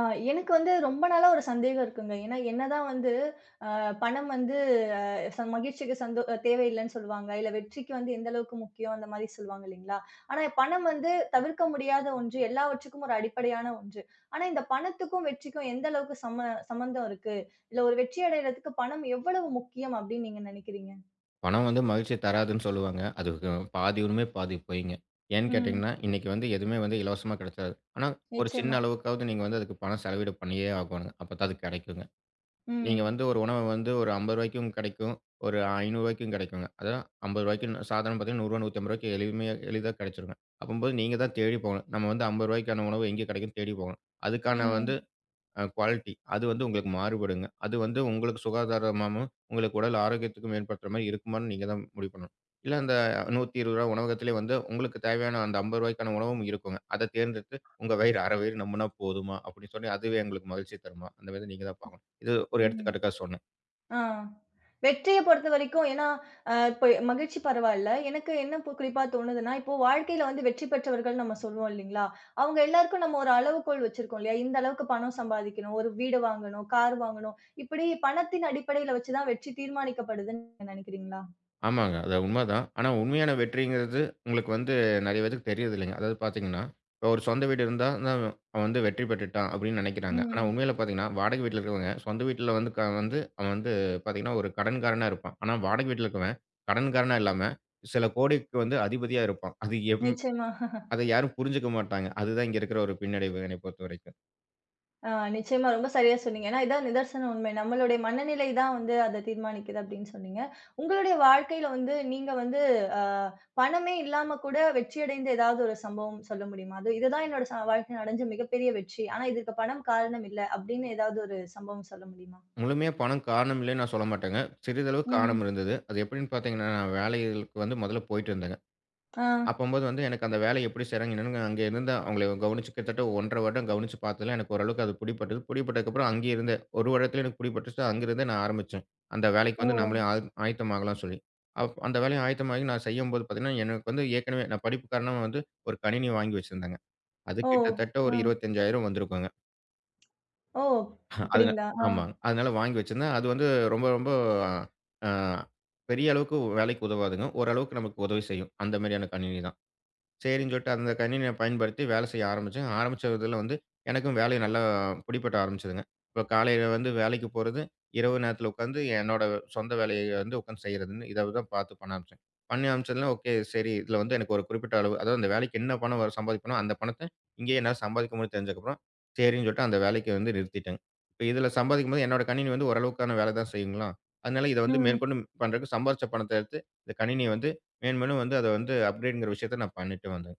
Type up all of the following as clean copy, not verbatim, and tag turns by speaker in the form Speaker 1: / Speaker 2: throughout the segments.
Speaker 1: ஆ. எனக்கு வந்து ரொம்ப நாளா ஒரு சந்தேகம் இருக்குங்க. ஏன்னா, என்னதான் வந்து அ பணம் வந்து அ மகிழ்ச்சிக்கு தேவையில்லன்னு சொல்லுவாங்க. இல்ல வெற்றிக்கு வந்து எந்த அளவுக்கு முக்கியம் அந்த மாரி சொல்லுவாங்க இல்லைங்களா? ஆனா பணம் வந்து தவிர்க்க முடியாத ஒன்று. எல்லாவற்றுக்கும் ஒரு அடிப்படையான ஒன்று. ஆனா இந்த பணத்துக்கும் வெற்றிக்கும் எந்த அளவுக்கு சம்மந்தம் இருக்கு? இல்ல ஒரு வெற்றி அடையறதுக்கு பணம் எவ்வளவு முக்கியம் அப்படின்னு நீங்க நினைக்கிறீங்க?
Speaker 2: பணம் வந்து மகிழ்ச்சி தராதுன்னு சொல்லுவாங்க. அதுக்கு பாதி உண்மை, பாதி பொய்ங்க. ஏன்னு
Speaker 1: ம்.
Speaker 2: கேட்டீங்கன்னா, இன்னைக்கு வந்து எதுவுமே வந்து இலவசமா கிடைச்சாது. ஆனா, ஒரு சின்ன
Speaker 1: நிச்சயமா.
Speaker 2: அளவுக்காவது நீங்க வந்து அதுக்கு பணம் செலவீடு பண்ணியே ஆகணும். அப்பதான் அது கிடைக்குங்க. நீங்க
Speaker 1: ம்.
Speaker 2: வந்து ஒரு உணவு வந்து ஒரு ரூ. 50க்கும் கிடைக்கும். ஒரு ரூ. 500க்கும் கிடைக்குங்க. அதான் ரூ. 50க்கு சாதாரண பார்த்தீங்கன்னா, ரூ. 100, ரூ. 150க்கு எளிமையா எளிதா கிடைச்சுருங்க. அப்பம்போது நீங்க தான் தேடி போகணும். நம்ம வந்து ரூ. 50க்கான உணவு எங்கே கிடைக்கும்னு தேடி போகணும். அதுக்கான வந்து
Speaker 1: ம்.
Speaker 2: குவாலிட்டி. அது வந்து உங்களுக்கு மாறுபடுங்க. அது வந்து உங்களுக்கு சுகாதாரமாவும், உங்களுக்கு உடல் ஆரோக்கியத்துக்கும் மேம்படுத்துற மாரி இருக்குமான்னு நீங்க தான் முடிவு பண்ணணும். இல்ல அந்த ரூ. 120 உணவகத்திலே வந்து உங்களுக்கு தேவையான அந்த ரூ. 50க்கான உணவும் இருக்குங்க. அத தேர்ந்தெடுத்து உங்க வயிறு, அரை வயிறு நம்புனா போதுமா? அப்படின்னு சொல்லி அதுவே உங்களுக்கு மகிழ்ச்சி தருமா? அந்த மாரி நீங்க தான் பார்க்கணும். இது ஒரு
Speaker 1: ம்.
Speaker 2: எடுத்துக்காட்டுக்காக சொன்னேன்.
Speaker 1: ஆ. வெற்றிய பொறுத்தவரைக்கும் ஏன்னா, இப்ப மகிழ்ச்சி பரவால்ல. எனக்கு என்ன குறிப்பா தோணுதுன்னா, இப்போ வாழ்க்கையில வந்து வெற்றி பெற்றவர்கள் நம்ம சொல்லுவோம் இல்லீங்களா? அவங்க எல்லாருக்கும் நம்ம ஒரு அளவுகோல் வச்சிருக்கோம் இல்லையா? இந்த அளவுக்கு பணம் சம்பாதிக்கணும், ஒரு வீடு வாங்கணும், கார் வாங்கணும். இப்படி பணத்தின் அடிப்படையில வச்சு தான் வெற்றி தீர்மானிக்கப்படுதுன்னு நெனைக்கிறீங்களா?
Speaker 2: ஆமாங்க. அது உண்மதான். ஆனா உண்மையான வெற்றிங்கிறது உங்களுக்கு வந்து நெறைய பேத்துக்கு தெரியறதில்லைங்க. அதாவது பார்த்தீங்கன்னா, இப்போ ஒரு சொந்த வீடு இருந்தா தான் அவன் வந்து வெற்றி பெற்றுட்டான் அப்படின்னு நெனைக்கிறாங்க. ஆனா
Speaker 1: ம்.
Speaker 2: உண்மையில பார்த்தீங்கன்னா, வாடகை வீட்ல இருக்கிறவங்க சொந்த வீட்ல வந்து வந்து அவன் வந்து பார்த்தீங்கன்னா, ஒரு கடன்காரனா இருப்பான். ஆனா வாடகை வீட்ல இருக்கிறவன் கடன்காரனா இல்லாம சில கோடிக்கு வந்து அதிபதியா இருப்பான். அது
Speaker 1: நிச்சயமா.
Speaker 2: அத யாரும் புரிஞ்சுக்க மாட்டாங்க. அதுதான் இங்க இருக்கிற ஒரு பின்னடைவு என்னை பொறுத்தவரைக்கும்.
Speaker 1: ஆ, நிச்சயமா ரொம்ப சரியா சொன்னீங்க. ஏன்னா, இதான் நிதர்சன உண்மை. நம்மளுடைய மனநிலை தான் வந்து அத தீர்மானிக்குது அப்படின்னு சொன்னீங்க. உங்களுடைய வாழ்க்கையில வந்து நீங்க வந்து அ பணமே இல்லாம கூட வெற்றி அடைந்த ஏதாவது ஒரு சம்பவம் சொல்ல முடியுமா? அது இதுதான் என்னோட வாழ்க்கையில அடைஞ்ச மிகப்பெரிய வெற்றி. ஆனா இதற்கு பணம் காரணம் இல்ல அப்படின்னு ஏதாவது ஒரு சம்பவம் சொல்ல முடியுமா?
Speaker 2: முழுமையா பணம் காரணம் இல்லைன்னு நான் சொல்ல மாட்டேங்க. சிறிதளவு காரணம்
Speaker 1: ம்.
Speaker 2: இருந்தது. அது எப்படின்னு பார்த்தீங்கன்னா, நான் வேலைகளுக்கு வந்து முதல்ல போயிட்டு இருந்தேங்க.
Speaker 1: ஆ.
Speaker 2: அப்பம்போது வந்து எனக்கு அந்த வேலை எப்படி செய்றாங்க என்னன்னு அங்க இருந்து அவங்கள கவனிச்சு கிட்டத்தட்ட 1½ வருடம் கவனிச்சு பார்த்ததுல எனக்கு ஓரளவுக்கு அது பிடிபட்டது. பிடிபட்டதுக்கப்புறம் அங்கேயே இருந்தேன். ஒரு வருடத்துல எனக்கு பிடிபட்டுருச்சு. அங்கிருந்தே நான் ஆரம்பிச்சேன். அந்த வேலைக்கு
Speaker 1: ஓ!
Speaker 2: வந்து நம்மளே ஆயத்தமாகலாம் சொல்லி. அந்த வேலைய ஆயத்தமாகி நான் செய்யும்போது பார்த்தீங்கன்னா, எனக்கு வந்து ஏற்கனவே நான் படிப்பு காரணமா வந்து ஒரு கணினி வாங்கி வச்சிருந்தேங்க. அது
Speaker 1: ஓ!
Speaker 2: கிட்டத்தட்ட
Speaker 1: ஆ.
Speaker 2: ஒரு 25,000 வந்திருக்குங்க.
Speaker 1: ஓ!
Speaker 2: அதுனா
Speaker 1: அப்படிங்களா? ஆ.
Speaker 2: ஆமாங்க. அதனால வாங்கி வச்சிருந்தேன். அது வந்து ரொம்ப ரொம்ப அ பெரிய அளவுக்கு வேலைக்கு உதவாதுங்க. ஓரளவுக்கு நமக்கு உதவி செய்யும். அந்த மாரியான கணினி தான். சரின்னு சொல்லிட்டு அந்த கணினிய பயன்படுத்தி வேலை செய்ய ஆரம்பிச்சேன். ஆரம்பிச்ச இதில வந்து எனக்கும் வேலை நல்லா பிடிபட ஆரம்பிச்சதுங்க. இப்ப காலையில வந்து வேலைக்கு போறது, இரவு நேரத்தில உட்காந்து என்னோட சொந்த வேலைய வந்து உட்காந்து செய்றதுன்னு இத தான் பார்த்து பண்ண ஆரம்பிச்சேன். பண்ண ஆரம்பிச்சதுல ஓகே சரி, இதில வந்து எனக்கு ஒரு குறிப்பிட்ட அளவு அதாவது அந்த வேலைக்கு என்ன பணம் சம்பாதிக்கணும், அந்த பணத்த இங்கேயே என்னால சம்பாதிக்க முடியும்னு தெரிஞ்சதுக்கப்புறம், சரின்னு சொல்லிட்டு அந்த வேலைக்கு வந்து நிறுத்திட்டேங்க. இப்ப இதில சம்பாதிக்கும்போது என்னோட கணினி வந்து ஓரளவுக்கான வேலை தான் செய்யுங்களா, அதனால இத வந்து
Speaker 1: ம்.
Speaker 2: மேற்கொண்டு பண்றதுக்கு சம்பாரிச்ச பணத்த எடுத்து இந்த கணினிய வந்து மேன்மேலும் வந்து அத வந்து அப்கிரேட்ங்கிற விஷயத்த நான் பண்ணிட்டு வந்தேன்.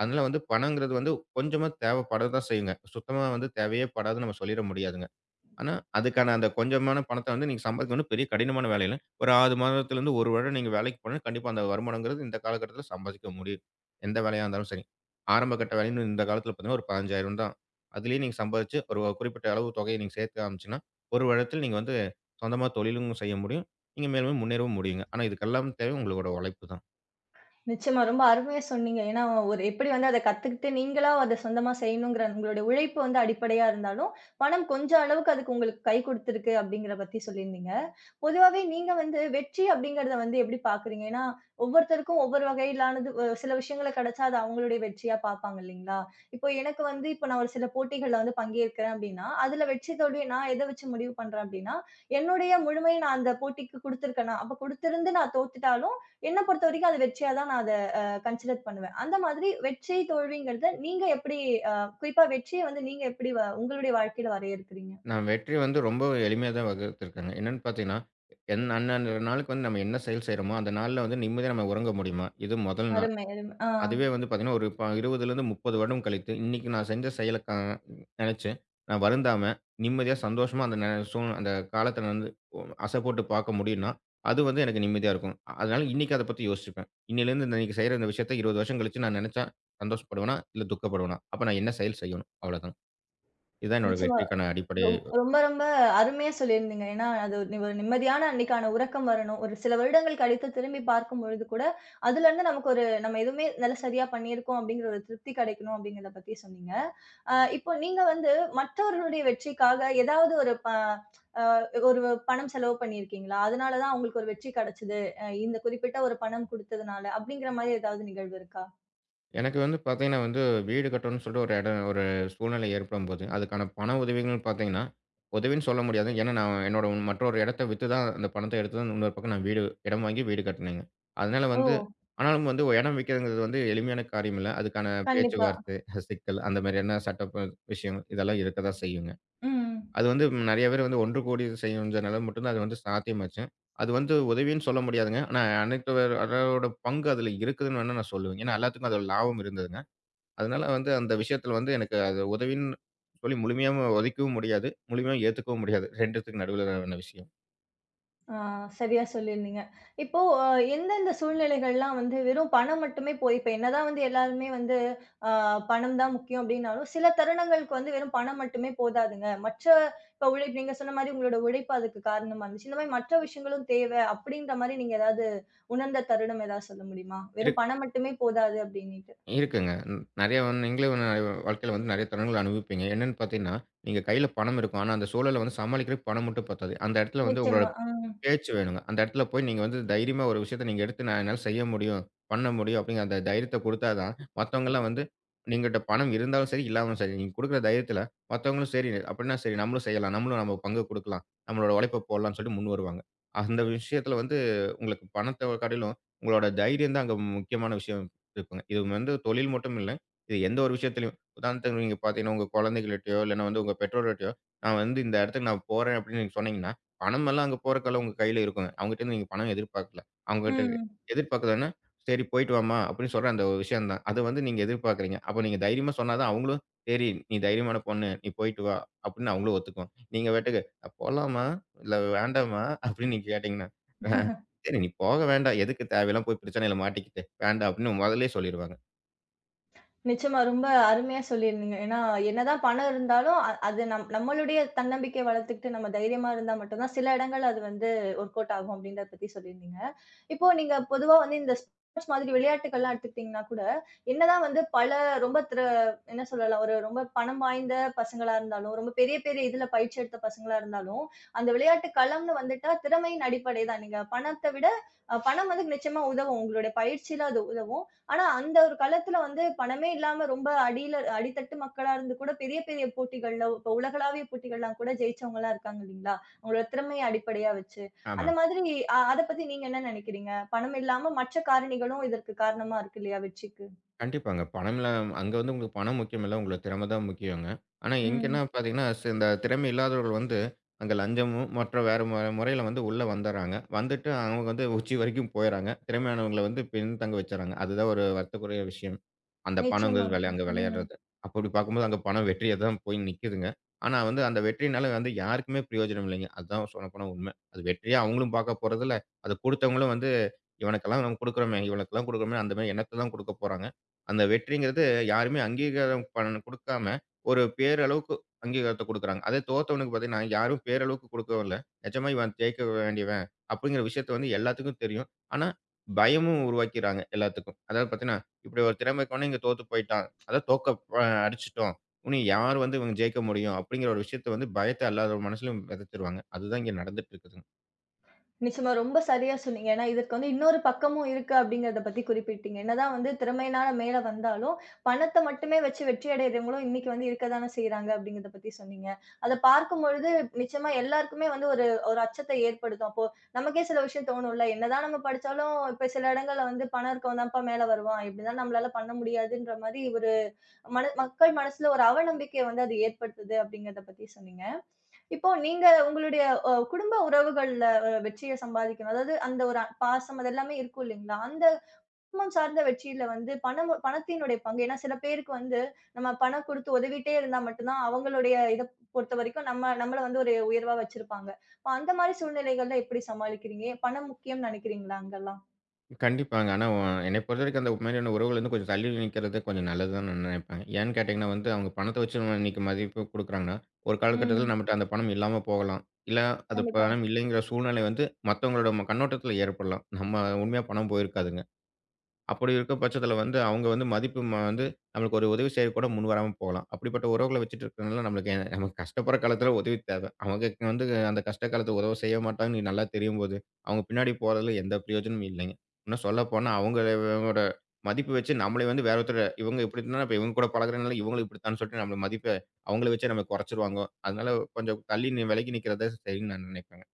Speaker 2: அதனால வந்து பணங்கிறது வந்து கொஞ்சமா தேவைப்பட தான் செய்யுங்க. சுத்தமா வந்து தேவையே படாதுன்னு நம்ம சொல்லிற முடியாதுங்க. ஆனா, அதுக்கான அந்த கொஞ்சமான பணத்த வந்து நீங்க சம்பாதிக்கணும் பெரிய கடினமான வேலை இல்ல. ஒரு 6 மாதத்துலருந்து 1 வருடம் நீங்க வேலைக்கு போனா கண்டிப்பா அந்த வருமானம்ங்கிறது இந்த காலகட்டத்தில சம்பாதிக்க முடியும். எந்த வேலையா இருந்தாலும் சரி. ஆரம்ப கட்ட வேலைன்னு இந்த காலத்தில பார்த்தீங்கன்னா, ஒரு 15,000 தான். அதிலேயே நீங்க சம்பாதிச்சு ஒரு குறிப்பிட்ட அளவு தொகையை நீங்க சேர்க்க ஆரம்பிச்சுன்னா, ஒரு வருடத்தில் நீங்க வந்து சொந்தமா தொழிலும் செய்ய முடியும். நீங்க மேலும் மேலும் முன்னேறவும் முடியுங்க. ஆனா இதுக்கெல்லாம் தேவை உங்களோட உழைப்பு தான்.
Speaker 1: நிச்சயமா. ரொம்ப அருமையா சொன்னீங்க. ஏன்னா, ஒரு எப்படி வந்து அத கத்துக்கிட்டு நீங்களா அத சொந்தமா செய்யணுங்கிற உங்களுடைய உழைப்பு வந்து அடிப்படையா இருந்தாலும், பணம் கொஞ்சம் அளவுக்கு அதுக்கு உங்களுக்கு கை குடுத்திருக்கு அப்படிங்கிற பத்தி சொல்லியிருந்தீங்க. பொதுவாவே நீங்க வந்து வெற்றி அப்படிங்கிறத வந்து எப்படி பார்க்குறீங்க? ஏன்னா, ஒவ்வொருத்தருக்கும் ஒவ்வொரு வகையிலானது சில விஷயங்கள கிடைச்சா அது அவங்களுடைய வெற்றியா பார்ப்பாங்க இல்லைங்களா? இப்போ எனக்கு வந்து இப்போ நான் ஒரு சில போட்டிகள்ல வந்து பங்கேற்கிறேன் அப்படின்னா, அதுல வெற்றி தோல்விய நான் எத வச்சு முடிவு பண்றேன் அப்படின்னா, என்னுடைய முழுமைய நான் அந்த போட்டிக்கு குடுத்துருக்கேனா? அப்ப குடுத்திருந்து நான் தோத்துட்டாலும், என்ன பொறுத்தவரைக்கும் அது வெற்றியா தான் நான் அத கன்சிடர் பண்ணுவேன். அந்த மாதிரி வெற்றி, தோல்விங்கிறத நீங்க எப்படி அ குறிப்பா வெற்றிய வந்து நீங்க எப்படி உங்களுடைய வாழ்க்கையில வரையறுக்கிறீங்க?
Speaker 2: நான் வெற்றி வந்து ரொம்ப எளிமையா தான் வகுத்திருக்கேங்க. என்னன்னு பார்த்தீங்கன்னா, என் அந்தந்த நாளுக்கு வந்து நம்ம என்ன செயல் செய்றோமோ, அந்த நாள்ல வந்து நிம்மதியா நம்ம உறங்க முடியுமா? இது முதல் நாள்.
Speaker 1: அருமை, அருமை. ஆ.
Speaker 2: அதுவே வந்து பார்த்தீங்கன்னா, ஒரு 20லிருந்து 30 வருடம் கழித்து, இன்னைக்கு நான் செஞ்ச செயலுக்கா நெனச்சு, நான் வருந்தாம, நிம்மதியா, சந்தோஷமா அந்த நே சூழ் அந்த காலத்த வந்து அசை போட்டு பார்க்க முடியும்னா, அது வந்து எனக்கு நிம்மதியா இருக்கும். அதனால இன்னைக்கு அத பத்தி யோசிச்சுப்பேன். இன்னையிலேருந்து இன்னைக்கு செய்ற இந்த விஷயத்த 20 வருஷம் கழிச்சு நான் நெனச்சா சந்தோஷப்படுவேனா? இல்ல துக்கப்படுவேனா? அப்ப நான் என்ன செயல் செய்யணும்? அவ்வளோதான். இதுதான் என்னோட
Speaker 1: நிச்சயமா.
Speaker 2: வெற்றிக்கான அடிப்படை
Speaker 1: ரொம்ப அருமையா சொல்லியிருந்தீங்க. ஏன்னா, அது ஒரு ஒரு நிம்மதியான அன்னைக்கான உறக்கம் வரணும். ஒரு சில வருடங்கள் கழித்து திரும்பி பார்க்கும்பொழுது கூட, அதுலருந்து நமக்கு ஒரு நம்ம எதுவுமே நல்ல சரியா பண்ணியிருக்கோம் அப்படிங்கிற ஒரு திருப்தி கிடைக்கணும் அப்படிங்கிறத பத்தி சொன்னீங்க. இப்போ நீங்க வந்து மற்றவர்களுடைய வெற்றிக்காக ஏதாவது ஒரு பணம் செலவு பண்ணியிருக்கீங்களா? அதனால தான் அவங்களுக்கு ஒரு வெற்றி கிடைச்சது. இந்த குறிப்பிட்ட ஒரு பணம் குடுத்ததுனால அப்படிங்கிற மாரி ஏதாவது நிகழ்வு இருக்கா?
Speaker 2: எனக்கு வந்து பார்த்தீங்கன்னா வந்து, வீடு கட்டணும்னு சொல்லிட்டு ஒரு இடம் ஒரு சூழ்நிலை ஏற்படும்போது, அதுக்கான பண உதவிகள்னு பார்த்தீங்கன்னா, உதவின்னு சொல்ல முடியாது. ஏன்னா, நான் என்னோட மற்றொரு இடத்த வித்து தான் அந்த பணத்த எடுத்து தான் இன்னொரு பக்கம் நான் இடம் வாங்கி வீடு கட்டினேங்க. அதனால
Speaker 1: ஓ!
Speaker 2: வந்து ஆனாலும் வந்து ஒரு இடம் விக்கிறதுங்கிறது வந்து எளிமையான காரியம் இல்ல. அதுக்கான
Speaker 1: கண்டிப்பா.
Speaker 2: பேச்சுவார்த்தை, சிக்கல் அந்த மாதிரியான சட்ட விஷயம் இதெல்லாம் இருக்க தான் செய்யுங்க.
Speaker 1: ம்.
Speaker 2: அது வந்து நெறைய பேர் வந்து ஒன்று கூடி செஞ்சனால மட்டும் தான் அது வந்து சாத்தியமாச்சு. அது வந்து உதவின்னு சொல்ல முடியாதுங்க. ஆனா அனைத்து அதோட பங்கு அதில இருக்குதுன்னு வேணா நான் சொல்லுவேன். ஏன்னா எல்லாத்துக்கும் அதோட லாபம் இருந்தது. அதனால வந்து அந்த விஷயத்துல வந்து எனக்கு அது உதவின்னு சொல்லி முழுமையாவும் ஒதுக்கவும் முடியாது. முழுமையா ஏத்துக்கவும் முடியாது. 2த்துக்கும் நடுவுல ஆன விஷயம்.
Speaker 1: ஆ, சரியா சொல்லியிருந்தீங்க. இப்போ எந்தெந்த சூழ்நிலைகள்லாம் வந்து வெறும் பணம் மட்டுமே போய் இப்ப என்னதான் வந்து எல்லாருமே வந்து அ பணம் தான் முக்கியம் அப்டின்னாலும், சில தருணங்களுக்கு வந்து வெறும் பணம் மட்டுமே போதாதுங்க. இப்ப உழைப்பு நீங்க சொன்ன மாரி உங்களோட உழைப்பு அதுக்கு காரணமா இருந்துச்சு. இந்த மாரி மற்ற விஷயங்களும் தேவை அப்டின்ற மாரி நீங்க ஏதாவது உணர்ந்த தருணம் ஏதாவது சொல்ல முடியுமா? வெறும் பணம் மட்டுமே போதாது அப்டின்னிட்டு.
Speaker 2: இருக்குங்க. நெறைய வந்து நீங்களே வந்து நிறைய வாழ்க்கையில வந்து நெறைய தருணங்கள் அனுபவிப்பீங்க. என்னன்னு பார்த்தீங்கன்னா, நீங்க கையில பணம் இருக்கும். ஆனா, அந்த சூழல வந்து சமாளிக்கிறதுக்கு பணம் மட்டும் பத்தாது. அந்த இடத்துல வந்து உங்களோட
Speaker 1: நிச்சயமா. ம்.
Speaker 2: பேச்சு வேணுங்க. அந்த இடத்துல போய் நீங்க வந்து தைரியமா ஒரு விஷயத்த நீங்க எடுத்து நான் என்னால செய்ய முடியும், பண்ண முடியும் அப்படிங்கிற அந்த தைரியத்த குடுத்தா தான், மத்தவங்கலாம் வந்து நீங்கட்ட பணம் இருந்தாலும் சரி, இல்லாமலும் சரி, நீங்க குடுக்குற தைரியத்துல மத்தவங்களும் சரி அப்படின்னா சரி நம்மளும் செய்யலாம். நம்மளும் நம்ம பங்கு குடுக்கலாம். நம்மளோட உழைப்ப போடலாம்ன்னு சொல்லிட்டு முன் வருவாங்க. அந்த விஷயத்துல வந்து உங்களுக்கு பணத்த காட்டிலும் உங்களோட தைரியம் தான் அங்க முக்கியமான விஷயம். இருக்குங்க. இது வந்து தொழில் மட்டும் இல்ல. இது எந்த ஒரு விஷயத்திலயும். உதாரணத்துக்கு நீங்க பார்த்தீங்கன்னா, உங்க குழந்தைகள்ட்டயோ, இல்லன்னா வந்து உங்க பெற்றோர்கிட்டயோ, நான் வந்து இந்த இடத்துக்கு நான் போறேன் அப்படின்னு நீங்க சொன்னீங்கன்னா, பணம் எல்லாம் அங்க போறதுக்கு உங்க கையில இருக்குங்க. அவங்ககிட்டருந்து நீங்க பணம் எதிர்பார்க்கல. அவங்ககிட்ட
Speaker 1: ம்.
Speaker 2: எதிர்பார்க்குறதுன்னா, "சரி போயிட்டு வாம்மா" அப்படின்னு சொல்ற அந்த விஷயம் தான். அது வந்து நீங்க எதிர்பார்க்குறீங்க. அப்ப நீங்க தைரியமா சொன்னா தான் அவங்களும், "சரி நீ தைரியமான பொண்ணு. நீ போயிட்டு வா" அப்படின்னு அவங்களும் ஒத்துக்குவாங்க. நீங்க பாட்டுக்கு, "போலாமா? இல்ல வேண்டாமா?" அப்படின்னு நீங்க கேட்டீங்கன்னா, "சரி நீ போக வேண்டாம். எதுக்கு தேவையில்லாம போய் பிரச்சனையில மாட்டிக்கிட்டு. வேண்டாம்" அப்படின்னு முதல்லயே சொல்லிருவாங்க.
Speaker 1: நிச்சயமா ரொம்ப அருமையா சொல்லியிருந்தீங்க. ஏன்னா, என்னதான் பணம் இருந்தாலும், அது நம்மளுடைய தன்னம்பிக்கை வளர்த்துக்கிட்டு நம்ம தைரியமா இருந்தா மட்டும் தான், சில இடங்கள்ல அது வந்து ஒர்க் அவுட் ஆகும் அப்படின்றத பத்தி சொல்லியிருந்தீங்க. இப்போ நீங்க பொதுவா வந்து இந்த ஸ்போர்ட்ஸ் மாதிரி விளையாட்டுக்கள்லாம் எடுத்துக்கிட்டீங்கன்னா கூட, என்னதான் வந்து பல ரொம்ப திர என்ன சொல்லலாம், ஒரு ரொம்ப பணம் வாய்ந்த பசங்களா இருந்தாலும், ரொம்ப பெரிய பெரிய இதுல பயிற்சி எடுத்த பசங்களா இருந்தாலும், அந்த விளையாட்டு களம்னு வந்துட்டா திறமையின் அடிப்படை தான். நீங்க பணத்த விட பணம் வந்து நிச்சயமா உதவும். உங்களுடைய பயிற்சியில அது உதவும். ஆனா அந்த ஒரு காலத்துல வந்து பணமே இல்லாம ரொம்ப அடியில அடித்தட்டு மக்களா இருந்து கூட பெரிய பெரிய போட்டிகள்ல இப்ப உலகளாவிய போட்டிகள்லாம் கூட ஜெயிச்சவங்கலாம் இருக்காங்க இல்லைங்களா? அவங்களோட திறமைய அடிப்படையா வச்சு.
Speaker 2: ஆமா.
Speaker 1: அந்த மாதிரி அத பத்தி நீங்க என்ன நினைக்கிறீங்க? பணம் இல்லாம மற்ற காரணிகளும் இதற்கு காரணமா இருக்கு இல்லையா வெற்றிக்கு?
Speaker 2: கண்டிப்பாங்க. பணம்லாம் அங்க வந்து உங்களுக்கு பணம் முக்கியம் இல்ல. உங்களோட திறமை தான் முக்கியங்க. ஆனா,
Speaker 1: ம்.
Speaker 2: எங்கன்னா பார்த்தீங்கன்னா, இந்த திறமை இல்லாதவர்கள் வந்து அங்க லஞ்சமும், மற்ற வேற முறையில வந்து உள்ள வந்துர்றாங்க. வந்துட்டு அவங்க வந்து உச்சி வரைக்கும் போயிர்றாங்க. திறமையானவங்கள வந்து பின்தங்க வச்சுர்றாங்க. அதுதான் ஒரு வருத்தக்குரிய விஷயம். அந்த பணங்கிறது
Speaker 1: நிச்சயமாங்க.
Speaker 2: வெள அங்க
Speaker 1: ம்.
Speaker 2: விளையாடுறது. அப்படி பார்க்கும்போது அங்க பணம் வெற்றியா தான் போய் நிக்குதுங்க. ஆனா வந்து அந்த வெற்றினால வந்து யாருக்குமே பிரயோஜனம் இல்லைங்க. அதுதான் சொல்லப்போனா உண்ம. அது வெற்றியா அவங்களும் பார்க்க போறதில்ல. அத குடுத்தவங்களும் வந்து இவனுக்கெல்லாம் நம்ம குடுக்குறோமே, இவனுக்கெல்லாம் குடுக்குறோமே அந்த மாரி எண்ணத்த தான் குடுக்க போறாங்க. அந்த வெற்றிங்கிறது யாருமே அங்கீகாரம் குடுக்காம, ஒரு பேரளவுக்கு அங்கீகாரத்த குடுக்குறாங்க. அதே தோத்தவனுக்கு பார்த்தீங்கன்னா, யாரும் பேரளவுக்கு குடுக்கவும் இல்ல. நிஜமா இவன் ஜெயிக்க வேண்டியவன் அப்படிங்கிற விஷயத்த வந்து எல்லாத்துக்கும் தெரியும். ஆனா, பயமும் உருவாக்கிறாங்க எல்லாத்துக்கும். அதாவது பார்த்தீங்கன்னா, இப்படி ஒரு திறமை இருக்கவனே இங்க தோத்து போயிட்டான். அதாவது தோக்க அடிச்சுட்டோம். இனி யார் வந்து இவங்க ஜெயிக்க முடியும் அப்படிங்கிற ஒரு விஷயத்த வந்து பயத்த எல்லாரோட மனசுலயும் விதைச்சுருவாங்க. அதுதான் இங்க நடந்துட்டு இருக்குதுங்க.
Speaker 1: நிச்சயமா. ரொம்ப சரியா சொன்னீங்க. ஏன்னா, இதற்கு வந்து இன்னொரு பக்கமும் இருக்கு அப்படிங்கிறத பத்தி குறிப்பிட்டீங்க. என்னதான் வந்து திறமையினால மேல வந்தாலும், பணத்த மட்டுமே வச்சு வெற்றி அடையறவங்களும் இன்னைக்கு வந்து இருக்க தானே செய்றாங்க அப்படிங்கிறத பத்தி சொன்னீங்க. அத பார்க்கும்பொழுது நிச்சயமா எல்லாருக்குமே வந்து ஒரு ஒரு அச்சத்தை ஏற்படுத்தும். அப்போ நமக்கே சில விஷயம் தோணும்ல, என்னதான் நம்ம படிச்சாலும் இப்ப சில இடங்கள்ல வந்து பணம் இருக்கவன் தான்ப்பா மேல வருவான். இப்படிலாம் நம்மளால பண்ண முடியாதுன்ற மாரி ஒரு மக்கள் மனசுல ஒரு அவநம்பிக்கைய வந்து அது ஏற்படுத்துது அப்படிங்கிறத பத்தி சொன்னீங்க. இப்போ நீங்க உங்களுடைய குடும்ப உறவுகள்ல வெற்றிய சம்பாதிக்கணும். அதாவது அந்த ஒரு பாசம் அது எல்லாமே இருக்கும் இல்லைங்களா? அந்த குடும்பம் சார்ந்த வெற்றியில வந்து பணத்தினுடைய பங்கு ஏன்னா சில பேருக்கு வந்து நம்ம பணம் குடுத்து உதவிட்டே இருந்தா மட்டும் தான் அவங்களுடைய இத பொறுத்தவரைக்கும் நம்ம நம்மள வந்து ஒரு உயர்வா வச்சிருப்பாங்க. அப்ப அந்த மாரி சூழ்நிலைகள்ல எப்படி சமாளிக்கிறீங்க? பணம் முக்கியம்னு நினைக்கிறீங்களா அங்கெல்லாம்?
Speaker 2: கண்டிப்பாங்க. ஆனா என்னைய பொறுத்தவரைக்கும் அந்த மாரியான உறவுகள்லருந்து கொஞ்சம் தள்ளி நிக்கிறது கொஞ்சம் நல்லதுதான் நான் நினைப்பேன். ஏன்னு கேட்டீங்கன்னா வந்து, அவங்க பணத்த வச்சு நம்ம இன்னைக்கு மதிப்பு குடுக்குறாங்கன்னா, ஒரு காலகட்டத்தில
Speaker 1: ம்.
Speaker 2: நம்மட்ட அந்த பணம் இல்லாம போகலாம். இல்ல அது
Speaker 1: கண்டிப்பா.
Speaker 2: பணம் இல்லைங்கிற சூழ்நிலை வந்து மத்தவங்களோட கண்ணோட்டத்தில ஏற்படலாம். நம்ம உண்மையா பணம் போயிருக்காதுங்க. அப்படி இருக்க பட்சத்தில வந்து, அவங்க வந்து மதிப்பு வந்து நம்மளுக்கு ஒரு உதவி செய்ய கூட முன் வராம போகலாம். அப்படிப்பட்ட உறவுகள வச்சுட்டு இருக்கனால நம்மளுக்கு எ நமக்கு கஷ்டப்படுற காலத்தில உதவி தேவை. அவங்க வந்து அந்த கஷ்ட காலத்தில உதவ செய்ய மாட்டாங்கன்னு நல்லா தெரியும்போது, அவங்க பின்னாடி போறதில எந்த பிரயோஜனமும் இல்லைங்க. இன்னும் சொல்லப்போனா அவங்களோட மதிப்பு வச்சு நம்மள வந்து வேற ஒருத்தர இவங்க இப்படித்தான் அப்ப இவங்க கூட பழகுறனால இவங்களும் இப்படித்தான் சொல்லிட்டு நம்மள மதிப்ப அவங்கள வச்சே நம்ம குறைச்சுருவாங்க. அதனால கொஞ்சம் தள்ளி விலகி நிற்கிறது சரின்னு நான் நினைப்பேங்க.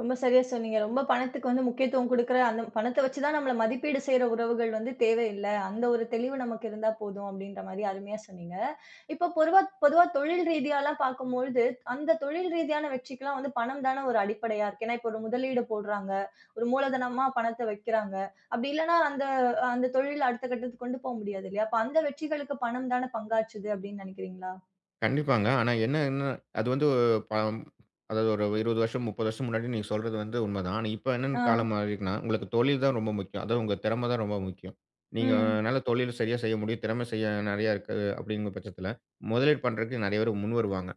Speaker 1: ரொம்ப சரியா சொன்னீங்க. ரொம்ப பணத்துக்கு வந்து முக்கியத்துவம் குடுக்குற, அந்த பணத்த வச்சு தான் நம்மள மதிப்பீடு செய்ற உறவுகள் வந்து தேவையில்ல. அந்த ஒரு தெளிவு நமக்கு இருந்தா போதும் அப்படின்ற மாரி அருமையா சொன்னீங்க. இப்போ பொதுவா பொதுவா தொழில் ரீதியாலாம் பார்க்கும்பொழுது, அந்த தொழில் ரீதியான வெற்றிக்கெல்லாம் வந்து பணம் தான ஒரு அடிப்படையா இருக்கு. ஏன்னா, இப்போ ஒரு முதலீடு போடுறாங்க. ஒரு மூலதனமா பணத்த வைக்கிறாங்க. அப்படி இல்லன்னா அந்த அந்த தொழில் அடுத்த கட்டத்துக்கு கொண்டு போ முடியாது இல்லையா? அப்ப அந்த வெற்றிகளுக்கு பணம் தான பங்காற்றுது அப்படின்னு நெனைக்கிறீங்களா?
Speaker 2: கண்டிப்பாங்க. ஆனா என்னன்னா, அது வந்து பம் அதாவது ஒரு 20 வருஷம், 30 வருஷம் முன்னாடி நீங்க சொல்றது வந்து உண்மதான். ஆனா இப்ப என்னன்னு காலம்
Speaker 1: ஆ.
Speaker 2: மாறிருக்குன்னா, உங்களுக்கு தொழில் தான் ரொம்ப முக்கியம். அதாவது உங்க திறமை தான் ரொம்ப முக்கியம்.
Speaker 1: ம்.
Speaker 2: நீங்கனால தொழில் சரியா செய்ய முடியும். திறமை செய்ய நெறையா இருக்கு அப்படிங்கிற பட்சத்தில, முதலீடு பண்றதுக்கு நெறைய பேர் முன் வருவாங்க.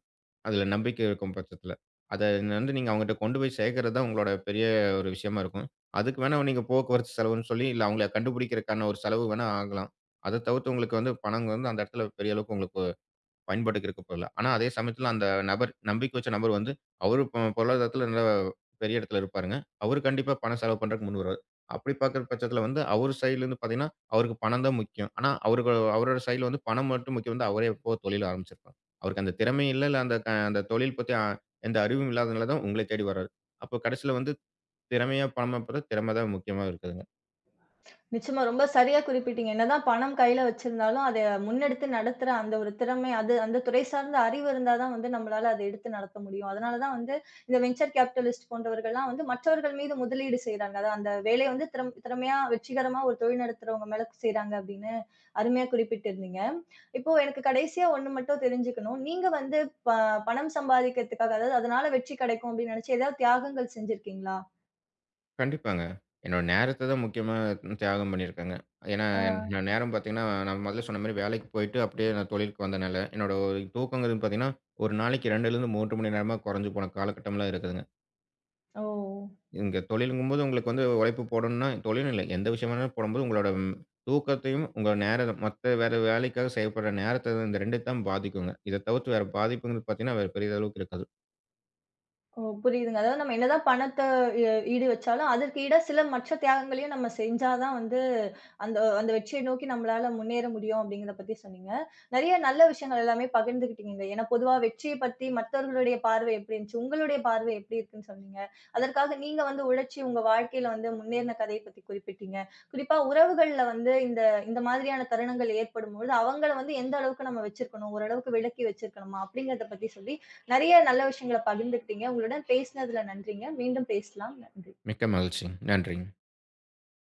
Speaker 2: அதில நம்பிக்கை இருக்கும் பட்சத்தில. அத வந்து நீங்க அவங்ககிட்ட கொண்டு போய் சேர்க்கிறது தான் உங்களோட பெரிய ஒரு விஷயமா இருக்கும். அதுக்கு வேணா நீங்க போக்குவரத்து செலவுன்னு சொல்லி, இல்ல அவங்கள கண்டுபிடிக்கிறதுக்கான ஒரு செலவு வேணா ஆகலாம். அத தவிர்த்து உங்களுக்கு வந்து பணம் வந்து அந்த இடத்துல பெரிய அளவுக்கு உங்களுக்கு பயன்பாட்டுக்கு இருக்க போறதில்ல. ஆனா, அதே சமயத்துல அந்த நபர் நம்பிக்கை வச்ச நபர் வந்து, அவரு பொருளாதாரத்துல நல்ல பெரிய இடத்துல இருப்பாருங்க. அவரு கண்டிப்பா பணம் செலவு பண்றதுக்கு முன் வருவாரு. அப்படி பாக்குற பட்சத்துல வந்து, அவரு சைடுலருந்து பாத்தீங்கன்னா, அவருக்கு பணம் தான் முக்கியம். ஆனா, அவருக்கு அவரோட சைடுல வந்து பணம் மட்டும் முக்கியம் வந்து, அவரே எப்பவோ தொழில் ஆரம்பிச்சிருப்பாரு. அவருக்கு அந்த திறமையும் இல்ல, இல்ல அந்த அந்த தொழில் பத்தி எந்த அறிவும் இல்லாதனால தான் உங்கள தேடி வர்றாரு. அப்போ கடைசில வந்து திறமையா பணமா பாத்தா, திறமை தான் முக்கியமா இருக்குதுங்க.
Speaker 1: நிச்சயமா. ரொம்ப சரியா குறிப்பிட்டீங்க. என்னதான் பணம் கையில வச்சிருந்தாலும், அத முன்னெடுத்து நடத்துற அந்த ஒரு திறமை, அது அந்த துறை சார்ந்த அறிவு இருந்தா தான் வந்து நம்மளால அத எடுத்து நடத்த முடியும். அதனால தான் வந்து இந்த வென்ச்சர் கேபிட்டலிஸ்ட் போன்றவர்கள்லாம் வந்து மற்றவர்கள் மீது முதலீடு செய்றாங்க. அதான் அந்த வேலைய வந்து திறமையா, வெற்றிகரமா ஒரு தொழில் நடத்துறவங்க மேல செய்றாங்க அப்படின்னு அருமையா குறிப்பிட்டிருந்தீங்க. இப்போ எனக்கு கடைசியா ஒண்ணு மட்டும் தெரிஞ்சுக்கணும். நீங்க வந்து ப பணம் சம்பாதிக்கிறதுக்காக, அதாவது அதனால வெற்றி கெடைக்கும் அப்படின்னு நெனச்சு ஏதாவது தியாகங்கள் செஞ்சிருக்கீங்களா?
Speaker 2: கண்டிப்பாங்க. என்னோட நேரத்த தான் முக்கியமா தியாகம் பண்ணியிருக்கேங்க. ஏன்னா, என்
Speaker 1: ஆ.
Speaker 2: நான் நேரம் பார்த்தீங்கன்னா, நான் முதல்ல சொன்ன மாரி வேலைக்கு போயிட்டு அப்படியே நான் தொழிலுக்கு வந்தனால, என்னோட தூக்கங்கிறது பார்த்தீங்கன்னா, ஒரு நாளைக்கு 2லேருந்து 3 மணி நேரமா குறைஞ்சு போன காலகட்டம்லாம் இருக்குதுங்க.
Speaker 1: ஓ!
Speaker 2: இங்க தொழிலுங்கும்போது உங்களுக்கு வந்து உழைப்பு போடணும்னா தொழில்னு இல்ல. எந்த விஷயமானாலும் போடும்போது உங்களோட தூக்கத்தையும், உங்க நேரம் மத்த வேற வேலைக்காக செய்யப்படுற நேரத்த இந்த 2 தான் பாதிக்குங்க. இத தவிர்த்து வேற பாதிப்புங்கிறது பார்த்தீங்கன்னா, வேற பெரிய அளவுக்கு இருக்காது.
Speaker 1: ஓ! புரியுதுங்க. அதாவது நம்ம என்னதான் பணத்த ஈடு வச்சாலும், அதற்கு ஈடா சில மற்ற தியாகங்களையும் நம்ம செஞ்சா தான் வந்து, அந்த அந்த வெற்றியை நோக்கி நம்மளால முன்னேற முடியும் அப்படிங்கிறத பத்தி சொன்னீங்க. நெறைய நல்ல விஷயங்கள் எல்லாமே பகிர்ந்துக்கிட்டீங்கங்க. ஏன்னா பொதுவா வெற்றிய பத்தி மத்தவர்களுடைய பார்வை எப்படி இருந்துச்சு? உங்களுடைய பார்வை எப்படி இருக்குன்னு சொன்னீங்க. அதற்காக நீங்க வந்து உழைச்சு உங்க வாழ்க்கையில வந்து முன்னேறின கதைய பத்தி குறிப்பிட்டீங்க. குறிப்பா உறவுகள்ல வந்து இந்த இந்த மாதிரியான தருணங்கள் ஏற்படும்பொழுது, அவங்கள வந்து எந்த அளவுக்கு நம்ம வச்சிருக்கணும்? ஓரளவுக்கு விலக்கி வச்சிருக்கணுமா? அப்படிங்கிறத பத்தி சொல்லி நிறைய நல்ல விஷயங்கள பகிர்ந்துக்கிட்டீங்க. உங்களுடன் பேசினதுல நன்றிங்க. மீண்டும் பேசலாம். நன்றி.
Speaker 2: மிக்க மகிழ்ச்சி. நன்றிங்க.